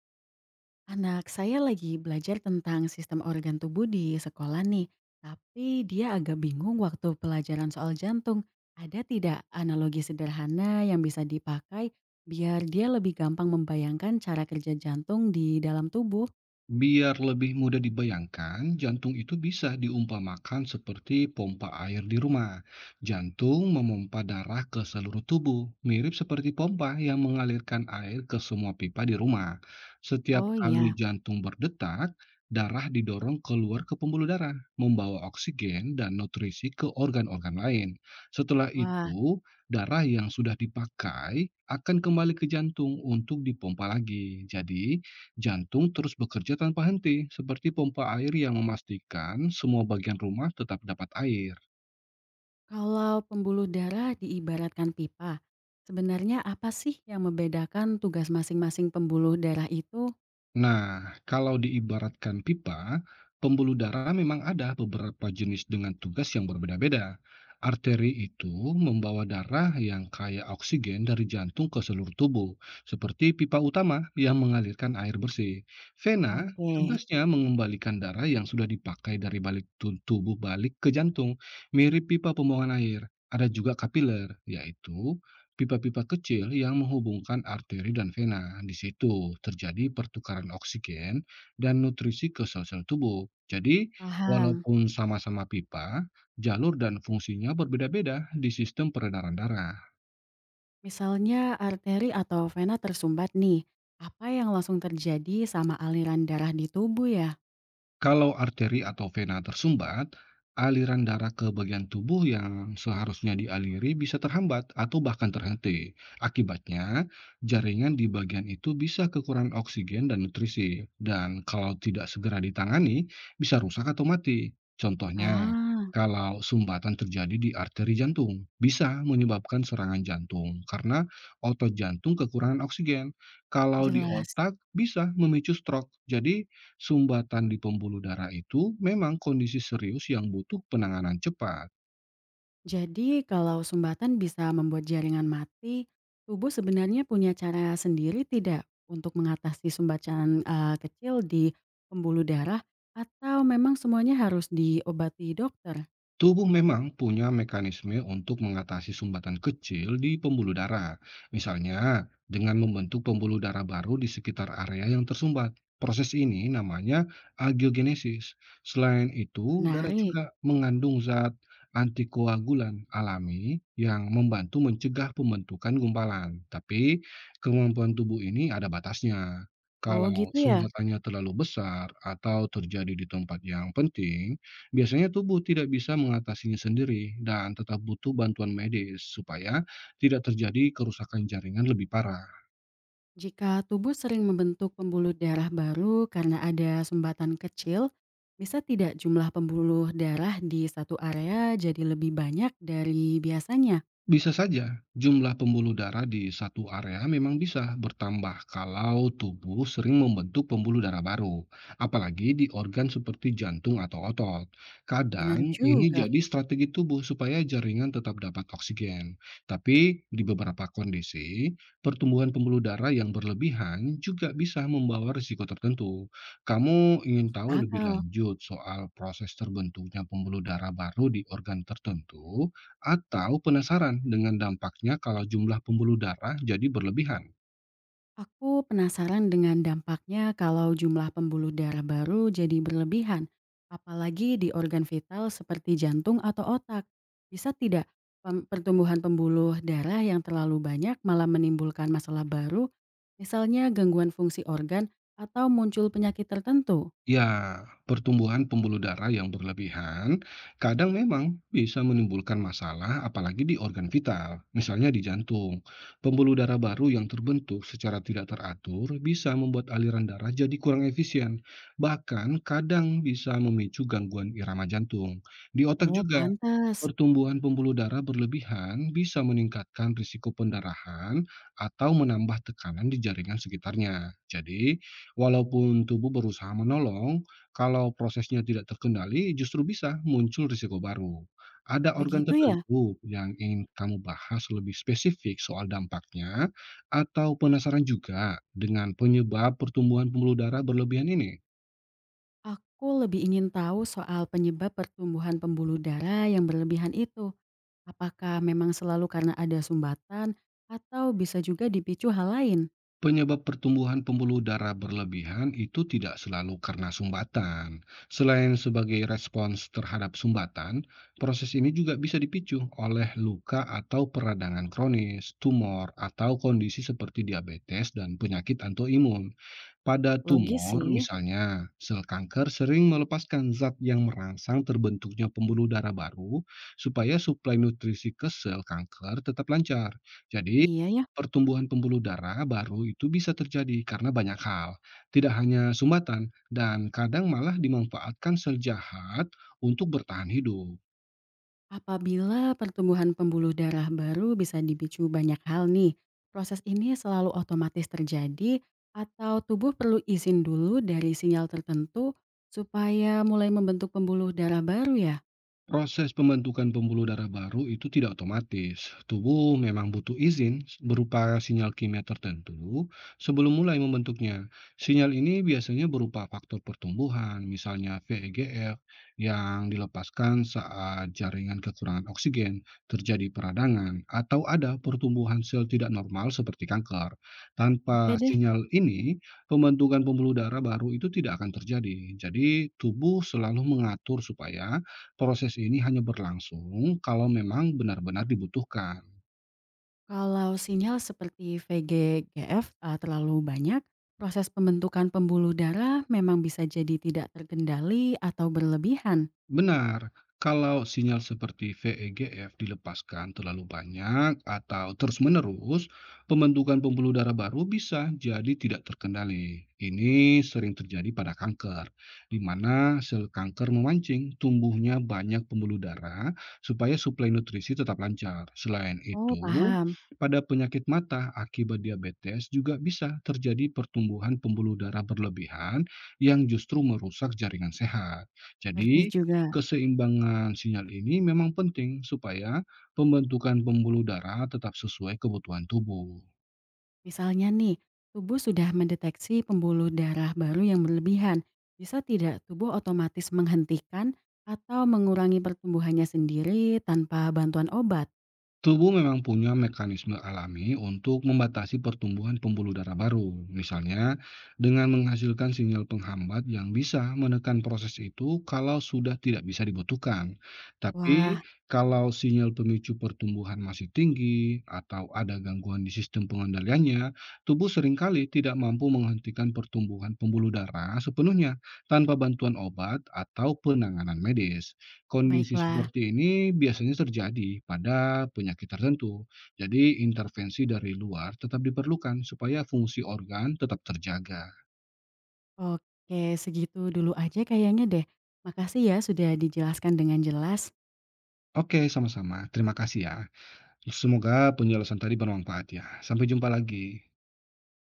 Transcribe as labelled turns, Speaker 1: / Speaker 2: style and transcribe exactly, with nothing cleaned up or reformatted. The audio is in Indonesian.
Speaker 1: Anak saya lagi belajar tentang sistem organ tubuh di sekolah nih, tapi dia agak bingung waktu pelajaran soal jantung. Ada tidak analogi sederhana yang bisa dipakai biar dia lebih gampang membayangkan cara kerja jantung di dalam tubuh?
Speaker 2: Biar lebih mudah dibayangkan, jantung itu bisa diumpamakan seperti pompa air di rumah. Jantung memompa darah ke seluruh tubuh, mirip seperti pompa yang mengalirkan air ke semua pipa di rumah. Setiap
Speaker 1: Oh
Speaker 2: kali
Speaker 1: iya,
Speaker 2: jantung berdetak, darah didorong keluar ke pembuluh darah, membawa oksigen dan nutrisi ke organ-organ lain. Setelah
Speaker 1: wah,
Speaker 2: itu, darah yang sudah dipakai akan kembali ke jantung untuk dipompa lagi. Jadi, jantung terus bekerja tanpa henti, seperti pompa air yang memastikan semua bagian rumah tetap dapat air.
Speaker 1: kalau pembuluh darah diibaratkan pipa, sebenarnya apa sih yang membedakan tugas masing-masing pembuluh darah itu?
Speaker 2: Nah, kalau diibaratkan pipa, pembuluh darah memang ada beberapa jenis dengan tugas yang berbeda-beda. Arteri itu membawa darah yang kaya oksigen dari jantung ke seluruh tubuh, seperti pipa utama yang mengalirkan air bersih. Vena
Speaker 1: Oke,
Speaker 2: tugasnya mengembalikan darah yang sudah dipakai dari balik tu- tubuh balik ke jantung, mirip pipa pembuangan air. Ada juga kapiler, yaitu pipa-pipa kecil yang menghubungkan arteri dan vena. Di situ terjadi pertukaran oksigen dan nutrisi ke sel-sel tubuh. Jadi,
Speaker 1: paham.
Speaker 2: walaupun sama-sama pipa, jalur dan fungsinya berbeda-beda di sistem peredaran darah.
Speaker 1: Misalnya arteri atau vena tersumbat nih, apa yang langsung terjadi sama aliran darah di tubuh ya?
Speaker 2: Kalau arteri atau vena tersumbat, aliran darah ke bagian tubuh yang seharusnya dialiri bisa terhambat atau bahkan terhenti. Akibatnya, jaringan di bagian itu bisa kekurangan oksigen dan nutrisi, dan kalau tidak segera ditangani, bisa rusak atau mati. Contohnya,
Speaker 1: Ah,
Speaker 2: kalau sumbatan terjadi di arteri jantung, bisa menyebabkan serangan jantung karena otot jantung kekurangan oksigen. Kalau di
Speaker 1: jelas.
Speaker 2: otak, bisa memicu stroke. Jadi, sumbatan di pembuluh darah itu memang kondisi serius yang butuh penanganan cepat.
Speaker 1: Jadi kalau sumbatan bisa membuat jaringan mati, tubuh sebenarnya punya cara sendiri tidak untuk mengatasi sumbatan eh, kecil di pembuluh darah atau memang semuanya harus diobati dokter?
Speaker 2: Tubuh memang punya mekanisme untuk mengatasi sumbatan kecil di pembuluh darah, misalnya dengan membentuk pembuluh darah baru di sekitar area yang tersumbat. Proses ini namanya angiogenesis. Selain itu, darah
Speaker 1: Menarik.
Speaker 2: juga mengandung zat antikoagulan alami yang membantu mencegah pembentukan gumpalan. Tapi kemampuan tubuh ini ada batasnya.
Speaker 1: Oh
Speaker 2: Kalau
Speaker 1: gitu ya?
Speaker 2: sumbatannya terlalu besar atau terjadi di tempat yang penting, biasanya tubuh tidak bisa mengatasinya sendiri dan tetap butuh bantuan medis supaya tidak terjadi kerusakan jaringan lebih parah.
Speaker 1: Jika tubuh sering membentuk pembuluh darah baru karena ada sumbatan kecil, bisa tidak jumlah pembuluh darah di satu area jadi lebih banyak dari biasanya?
Speaker 2: Bisa saja, jumlah pembuluh darah di satu area memang bisa bertambah kalau tubuh sering membentuk pembuluh darah baru, apalagi di organ seperti jantung atau otot.
Speaker 1: Benar
Speaker 2: Kadang ini
Speaker 1: juga,
Speaker 2: jadi strategi tubuh supaya jaringan tetap dapat oksigen. Tapi di beberapa kondisi, pertumbuhan pembuluh darah yang berlebihan juga bisa membawa risiko tertentu. Kamu ingin
Speaker 1: masuk
Speaker 2: tahu lebih
Speaker 1: akal.
Speaker 2: lanjut soal proses terbentuknya pembuluh darah baru di organ tertentu, atau penasaran dengan dampaknya kalau jumlah pembuluh darah jadi berlebihan?
Speaker 1: Aku penasaran dengan dampaknya kalau jumlah pembuluh darah baru jadi berlebihan, apalagi di organ vital seperti jantung atau otak. Bisa tidak pem- pertumbuhan pembuluh darah yang terlalu banyak malah menimbulkan masalah baru, misalnya gangguan fungsi organ atau muncul penyakit tertentu?
Speaker 2: Ya, pertumbuhan pembuluh darah yang berlebihan kadang memang bisa menimbulkan masalah, apalagi di organ vital, misalnya di jantung. Pembuluh darah baru yang terbentuk secara tidak teratur bisa membuat aliran darah jadi kurang efisien, bahkan kadang bisa memicu gangguan irama jantung. Di otak
Speaker 1: Oh,
Speaker 2: juga,
Speaker 1: pantas.
Speaker 2: pertumbuhan pembuluh darah berlebihan bisa meningkatkan risiko pendarahan atau menambah tekanan di jaringan sekitarnya. Jadi, walaupun tubuh berusaha menolong, kalau prosesnya tidak terkendali justru bisa muncul risiko baru. Ada organ
Speaker 1: Begitu ya?
Speaker 2: tertentu yang ingin kamu bahas lebih spesifik soal dampaknya, atau penasaran juga dengan penyebab pertumbuhan pembuluh darah berlebihan ini?
Speaker 1: Aku lebih ingin tahu soal penyebab pertumbuhan pembuluh darah yang berlebihan itu. Apakah memang selalu karena ada sumbatan atau bisa juga dipicu hal lain?
Speaker 2: Penyebab pertumbuhan pembuluh darah berlebihan itu tidak selalu karena sumbatan. Selain sebagai respons terhadap sumbatan, proses ini juga bisa dipicu oleh luka atau peradangan kronis, tumor, atau kondisi seperti diabetes dan penyakit autoimun. Pada
Speaker 1: Logis
Speaker 2: tumor
Speaker 1: sih,
Speaker 2: misalnya, sel kanker sering melepaskan zat yang merangsang terbentuknya pembuluh darah baru supaya suplai nutrisi ke sel kanker tetap lancar. Jadi,
Speaker 1: iya ya.
Speaker 2: pertumbuhan pembuluh darah baru itu bisa terjadi karena banyak hal, tidak hanya sumbatan dan kadang malah dimanfaatkan sel jahat untuk bertahan hidup.
Speaker 1: Apabila pertumbuhan pembuluh darah baru bisa dipicu banyak hal nih, proses ini selalu otomatis terjadi atau tubuh perlu izin dulu dari sinyal tertentu supaya mulai membentuk pembuluh darah baru ya?
Speaker 2: Proses pembentukan pembuluh darah baru itu tidak otomatis. Tubuh memang butuh izin berupa sinyal kimia tertentu sebelum mulai membentuknya. Sinyal ini biasanya berupa faktor pertumbuhan, misalnya V E G F, yang dilepaskan saat jaringan kekurangan oksigen, terjadi peradangan, atau ada pertumbuhan sel tidak normal seperti kanker.
Speaker 1: Oke
Speaker 2: Tanpa
Speaker 1: deh.
Speaker 2: sinyal ini, pembentukan pembuluh darah baru itu tidak akan terjadi. Jadi, tubuh selalu mengatur supaya proses ini hanya berlangsung kalau memang benar-benar dibutuhkan.
Speaker 1: Kalau sinyal seperti V G G F eee, terlalu banyak, proses pembentukan pembuluh darah memang bisa jadi tidak terkendali atau berlebihan.
Speaker 2: Benar, kalau sinyal seperti V E G F dilepaskan terlalu banyak atau terus-menerus, pembentukan pembuluh darah baru bisa jadi tidak terkendali. Ini sering terjadi pada kanker, di mana sel kanker memancing tumbuhnya banyak pembuluh darah supaya suplai nutrisi tetap lancar. Selain
Speaker 1: Oh,
Speaker 2: itu,
Speaker 1: paham,
Speaker 2: pada penyakit mata akibat diabetes juga bisa terjadi pertumbuhan pembuluh darah berlebihan yang justru merusak jaringan sehat.
Speaker 1: ngerti
Speaker 2: Jadi,
Speaker 1: juga.
Speaker 2: keseimbangan sinyal ini memang penting supaya pembentukan pembuluh darah tetap sesuai kebutuhan tubuh.
Speaker 1: Misalnya nih, tubuh sudah mendeteksi pembuluh darah baru yang berlebihan, bisa tidak tubuh otomatis menghentikan atau mengurangi pertumbuhannya sendiri tanpa bantuan obat?
Speaker 2: Tubuh memang punya mekanisme alami untuk membatasi pertumbuhan pembuluh darah baru, misalnya dengan menghasilkan sinyal penghambat yang bisa menekan proses itu kalau sudah tidak bisa dibutuhkan. Tapi
Speaker 1: Wah,
Speaker 2: kalau sinyal pemicu pertumbuhan masih tinggi atau ada gangguan di sistem pengendaliannya, tubuh seringkali tidak mampu menghentikan pertumbuhan pembuluh darah sepenuhnya tanpa bantuan obat atau penanganan medis. Kondisi
Speaker 1: baiklah.
Speaker 2: seperti ini biasanya terjadi pada penyakit tertentu. Jadi, intervensi dari luar tetap diperlukan supaya fungsi organ tetap terjaga.
Speaker 1: Oke, segitu dulu aja kayaknya deh. Makasih ya sudah dijelaskan dengan jelas.
Speaker 2: Oke, sama-sama. Terima kasih ya. Semoga penjelasan tadi bermanfaat ya. Sampai jumpa lagi.